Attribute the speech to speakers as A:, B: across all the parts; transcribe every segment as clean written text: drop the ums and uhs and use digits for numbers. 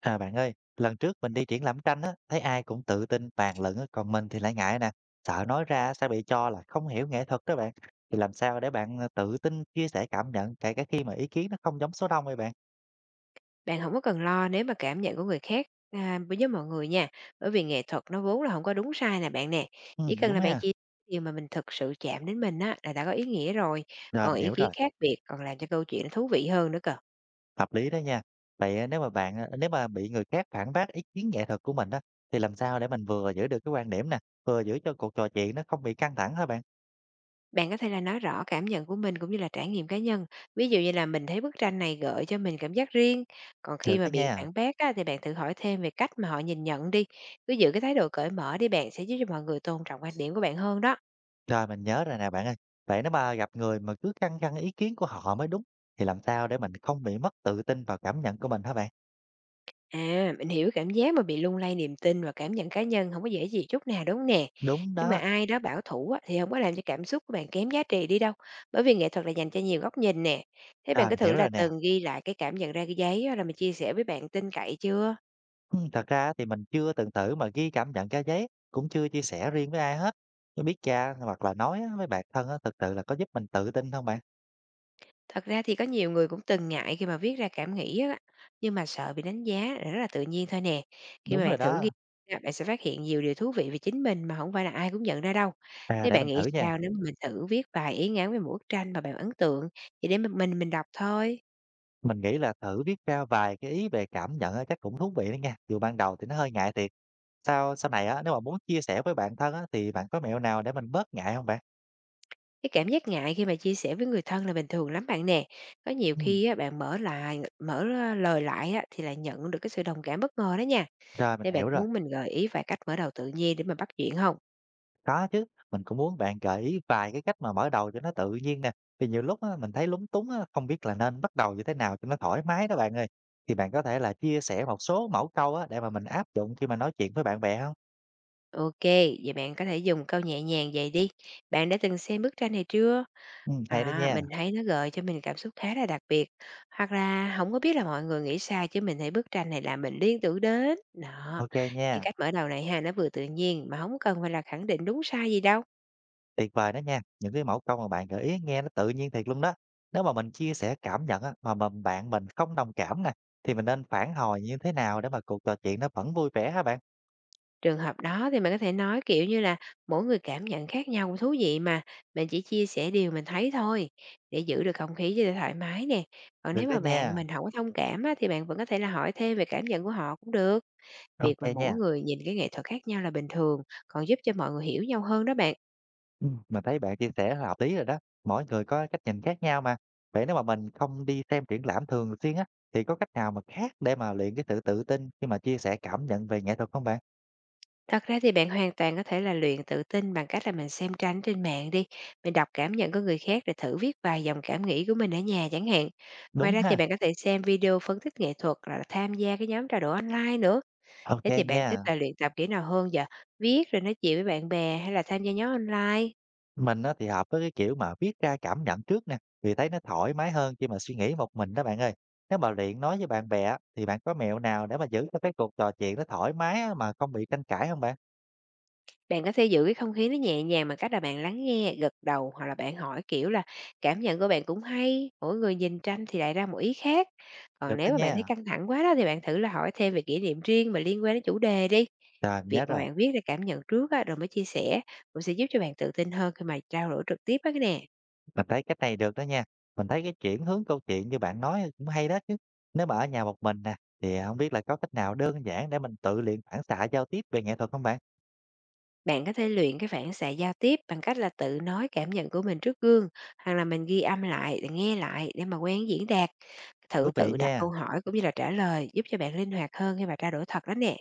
A: À bạn ơi, lần trước mình đi triển lãm tranh á, thấy ai cũng tự tin bàn luận á, còn mình thì lại ngại nè, sợ nói ra sẽ bị cho là không hiểu nghệ thuật đó bạn. Thì làm sao để bạn tự tin chia sẻ cảm nhận kể cả khi mà ý kiến nó không giống số đông vậy bạn?
B: Bạn không có cần lo nếu mà cảm nhận của người khác, à, đối với mọi người nha, bởi vì nghệ thuật nó vốn là không có đúng sai nè bạn nè.
A: Ừ,
B: Chỉ cần
A: đúng
B: là bạn
A: ha.
B: chia sẻ điều mà mình thực sự chạm đến mình á, là đã có ý nghĩa rồi,
A: Rồi
B: còn
A: mình
B: ý
A: hiểu
B: kiến
A: rồi,
B: khác biệt còn làm cho câu chuyện nó thú vị hơn nữa cơ.
A: hợp lý đó nha. Vậy nếu mà bị người khác phản bác ý kiến nghệ thuật của mình á thì làm sao để mình vừa giữ được cái quan điểm nè, vừa giữ cho cuộc trò chuyện nó không bị căng thẳng hả bạn?
B: Bạn có thể là nói rõ cảm nhận của mình cũng như là trải nghiệm cá nhân, ví dụ như là mình thấy bức tranh này gợi cho mình cảm giác riêng. Còn
A: Được
B: khi
A: đó
B: mà bị
A: nha.
B: phản bác á, thì bạn thử hỏi thêm về cách mà họ nhìn nhận đi, cứ giữ cái thái độ cởi mở đi bạn, sẽ giúp cho mọi người tôn trọng quan điểm của bạn hơn đó.
A: Rồi, mình nhớ rồi nè bạn ơi. Vậy nếu mà gặp người mà cứ khăng khăng ý kiến của họ mới đúng, thì làm sao để mình không bị mất tự tin vào cảm nhận của mình hả bạn?
B: À, mình hiểu cảm giác mà bị lung lay niềm tin và cảm nhận cá nhân không có dễ gì chút nào, đúng hông nè?
A: Đúng
B: Nhưng mà
A: đó,
B: ai đó bảo thủ á, thì không có làm cho cảm xúc của bạn kém giá trị đi đâu, bởi vì nghệ thuật là dành cho nhiều góc nhìn nè. Thế bạn
A: rồi
B: có
A: mình
B: thử
A: hiểu
B: là
A: rồi nè.
B: từng ghi lại cái cảm nhận ra cái giấy á, rồi mình chia sẻ với bạn tin cậy chưa?
A: Thật ra thì mình chưa từng thử mà ghi cảm nhận ra giấy, cũng chưa chia sẻ riêng với ai hết. Nhưng biết cha hoặc là nói á với bạn thân á, thực sự là có giúp mình tự tin không bạn?
B: Thật ra thì có nhiều người cũng từng ngại khi mà viết ra cảm nghĩ á, nhưng mà sợ bị đánh giá là rất là tự nhiên thôi nè. Khi
A: Đúng
B: mà
A: rồi
B: bạn thử
A: đó.
B: ghi ra, bạn sẽ phát hiện nhiều điều thú vị về chính mình mà không phải là ai cũng nhận ra đâu.
A: À,
B: Thế
A: để
B: bạn
A: mình
B: nghĩ
A: thử nha.
B: sao nếu mà mình thử viết vài ý ngắn về một bức tranh mà bạn ấn tượng, chỉ để một mình đọc thôi?
A: Mình nghĩ là thử viết ra vài cái ý về cảm nhận á, chắc cũng thú vị đó nha. Dù ban đầu thì nó hơi ngại thiệt. Sau sau này á, nếu mà muốn chia sẻ với bạn thân á, thì bạn có mẹo nào để mình bớt ngại không bạn?
B: Cái cảm giác ngại khi mà chia sẻ với người thân là bình thường lắm bạn nè. Có nhiều
A: Ừm,
B: khi á, bạn mở lời lại á, thì lại nhận được cái sự đồng cảm bất ngờ đó nha.
A: rồi, mình
B: Thế bạn
A: hiểu
B: có
A: rồi.
B: muốn mình gợi ý vài cách mở đầu tự nhiên để mà bắt chuyện không?
A: Có chứ, mình cũng muốn bạn gợi ý vài cái cách mà mở đầu cho nó tự nhiên nè. Vì nhiều lúc á, mình thấy lúng túng á, không biết là nên bắt đầu như thế nào cho nó thoải mái đó bạn ơi. Thì bạn có thể là chia sẻ một số mẫu câu á, để mà mình áp dụng khi mà nói chuyện với bạn bè không?
B: OK, vậy bạn có thể dùng câu nhẹ nhàng vậy đi. Bạn đã từng xem bức tranh này chưa?
A: Hay đó
B: À,
A: nha.
B: mình thấy nó gợi cho mình cảm xúc khá là đặc biệt. Hoặc là không có biết là mọi người nghĩ sao, chứ mình thấy bức tranh này làm mình liên tưởng đến. Đó,
A: Ok
B: những
A: nha,
B: cách mở đầu này ha, nó vừa tự nhiên mà không cần phải là khẳng định đúng sai gì đâu.
A: tuyệt vời đó nha. Những cái mẫu câu mà bạn gợi ý nghe nó tự nhiên thiệt luôn đó. Nếu mà mình chia sẻ cảm nhận á, mà bạn mình không đồng cảm nè, thì mình nên phản hồi như thế nào để mà cuộc trò chuyện nó vẫn vui vẻ hả bạn?
B: Trường hợp đó thì mình có thể nói, kiểu như là, mỗi người cảm nhận khác nhau thú vị mà, mình chỉ chia sẻ điều mình thấy thôi, để giữ được không khí cho thoải mái nè. Còn
A: Được
B: nếu
A: đó
B: mà bạn
A: nha,
B: mình không có thông cảm á, thì bạn vẫn có thể là hỏi thêm về cảm nhận của họ cũng được. Việc
A: ok
B: mà mỗi
A: nha.
B: người nhìn cái nghệ thuật khác nhau là bình thường, còn giúp cho mọi người hiểu nhau hơn đó bạn.
A: Mình thấy bạn chia sẻ là hợp lý rồi đó, mỗi người có cách nhìn khác nhau mà. Vậy nếu mà mình không đi xem triển lãm thường xuyên á, thì có cách nào mà khác để mà luyện cái sự tự tin khi mà chia sẻ cảm nhận về nghệ thuật không bạn?
B: Thật ra thì bạn hoàn toàn có thể là luyện tự tin bằng cách là mình xem tranh trên mạng đi, mình đọc cảm nhận của người khác rồi thử viết vài dòng cảm nghĩ của mình ở nhà chẳng hạn. Ngoài
A: Đúng
B: ra thì
A: ha,
B: bạn có thể xem video phân tích nghệ thuật hoặc là tham gia cái nhóm trao đổi online nữa.
A: ok
B: Thế thì bạn thích
A: nha.
B: là luyện tập kỹ nào hơn vậy? Viết, rồi nói chuyện với bạn bè, hay là tham gia nhóm online?
A: Mình á, thì hợp với cái kiểu mà viết ra cảm nhận trước nè, vì thấy nó thoải mái hơn khi mà suy nghĩ một mình đó bạn ơi. Nếu mà luyện nói với bạn bè á, thì bạn có mẹo nào để mà giữ cho cái cuộc trò chuyện nó thoải mái á, mà không bị tranh cãi không bạn?
B: Bạn có thể giữ cái không khí nó nhẹ nhàng bằng cách là bạn lắng nghe, gật đầu, hoặc là bạn hỏi kiểu là cảm nhận của bạn cũng hay, mỗi người nhìn tranh thì lại ra một ý khác.
A: Được
B: Còn
A: đó
B: nếu mà bạn thấy
A: nha.
B: căng thẳng quá đó thì bạn thử là hỏi thêm về kỷ niệm riêng mà liên quan đến chủ đề đi.
A: Rồi, mình
B: Việc
A: nhớ
B: mà
A: rồi.
B: bạn viết ra cảm nhận trước á, rồi mới chia sẻ, cũng sẽ giúp cho bạn tự tin hơn khi mà trao đổi trực tiếp đó nè.
A: Mình thấy cách này được đó nha. Mình thấy cái chuyển hướng câu chuyện như bạn nói cũng hay đó chứ. Nếu mà ở nhà một mình nè, thì không biết là có cách nào đơn giản để mình tự luyện phản xạ giao tiếp về nghệ thuật không bạn?
B: Bạn có thể luyện cái phản xạ giao tiếp bằng cách là tự nói cảm nhận của mình trước gương, hoặc là mình ghi âm lại, nghe lại để mà quen diễn đạt. Thử
A: Thú vị
B: tự đặt
A: nha.
B: câu hỏi cũng như là trả lời giúp cho bạn linh hoạt hơn khi mà trao đổi thật đó nè.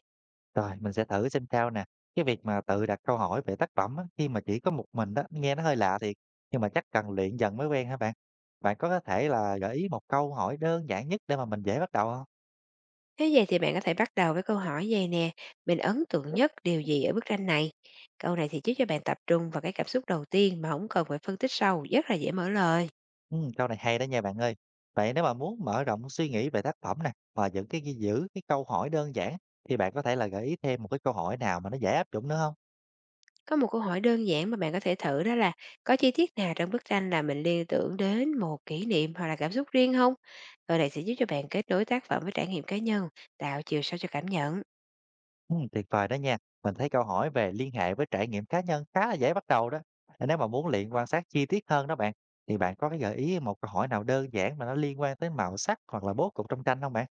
A: Rồi, mình sẽ thử xem sao nè. Cái việc mà tự đặt câu hỏi về tác phẩm á, khi mà chỉ có một mình đó, nghe nó hơi lạ thiệt. Nhưng mà chắc cần luyện dần mới quen hả bạn? Bạn có thể là gợi ý một câu hỏi đơn giản nhất để mà mình dễ bắt đầu không?
B: Thế vậy thì bạn có thể bắt đầu với câu hỏi về nè, mình ấn tượng nhất điều gì ở bức tranh này? Câu này thì giúp cho bạn tập trung vào cái cảm xúc đầu tiên mà không cần phải phân tích sâu, rất là dễ mở lời.
A: Câu này hay đó nha bạn ơi. Vậy nếu mà muốn mở rộng suy nghĩ về tác phẩm nè, và những cái ghi giữ cái câu hỏi đơn giản thì bạn có thể là gợi ý thêm một cái câu hỏi nào mà nó dễ áp dụng nữa không?
B: Có một câu hỏi đơn giản mà bạn có thể thử đó là: có chi tiết nào trong bức tranh là mình liên tưởng đến một kỷ niệm hoặc là cảm xúc riêng không? Câu này sẽ giúp cho bạn kết nối tác phẩm với trải nghiệm cá nhân, tạo chiều sâu cho cảm nhận.
A: Tuyệt vời đó nha. Mình thấy câu hỏi về liên hệ với trải nghiệm cá nhân khá là dễ bắt đầu đó. Ờ, nếu mà muốn luyện quan sát chi tiết hơn đó bạn, thì bạn có cái gợi ý một câu hỏi nào đơn giản mà nó liên quan tới màu sắc hoặc là bố cục trong tranh không bạn?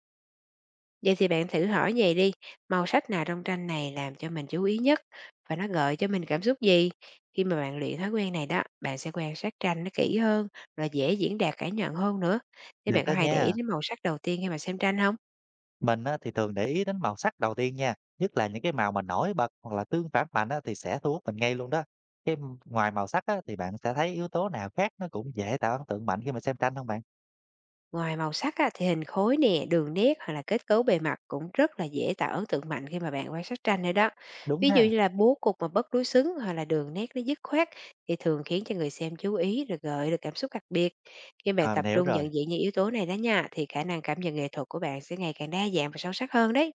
B: Vậy thì bạn thử hỏi vậy đi: màu sắc nào trong tranh này làm cho mình chú ý nhất, và nó gợi cho mình cảm xúc gì? Khi mà bạn luyện thói quen này đó, bạn sẽ quan sát tranh nó kỹ hơn và dễ diễn đạt cảm nhận hơn nữa. Thế
A: Được
B: bạn
A: đó
B: có hay để ý
A: nha.
B: đến màu sắc đầu tiên khi mà xem tranh không?
A: Mình á, thì thường để ý đến màu sắc đầu tiên nha, nhất là những cái màu mà nổi bật hoặc là tương phản mạnh á, thì sẽ thu hút mình ngay luôn đó. Ngoài màu sắc á, thì bạn sẽ thấy yếu tố nào khác nó cũng dễ tạo ấn tượng mạnh khi mà xem tranh không bạn?
B: Ngoài màu sắc á, thì hình khối nè, đường nét, hoặc là kết cấu bề mặt cũng rất là dễ tạo ấn tượng mạnh khi mà bạn quan sát tranh nữa đó.
A: Đúng
B: Ví dụ
A: ha.
B: như là bố cục mà bất đối xứng, hoặc là đường nét nó dứt khoát, thì thường khiến cho người xem chú ý rồi gợi được cảm xúc đặc biệt. Khi bạn
A: À, mình
B: tập
A: hiểu
B: trung
A: rồi.
B: nhận diện những yếu tố này đó nha, thì khả năng cảm nhận nghệ thuật của bạn sẽ ngày càng đa dạng và sâu sắc hơn đấy.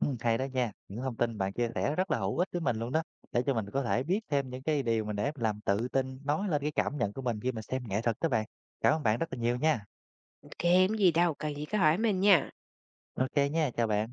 A: Ừ, hay đó nha. Những thông tin bạn chia sẻ rất là hữu ích với mình luôn đó. Để cho mình có thể biết thêm những cái điều mình để làm tự tin nói lên cái cảm nhận của mình khi mà xem nghệ thuật đó bạn. Cảm ơn bạn rất là nhiều nha.
B: Kém gì đâu, cần gì cứ hỏi mình nha.
A: Ok nha, chào bạn.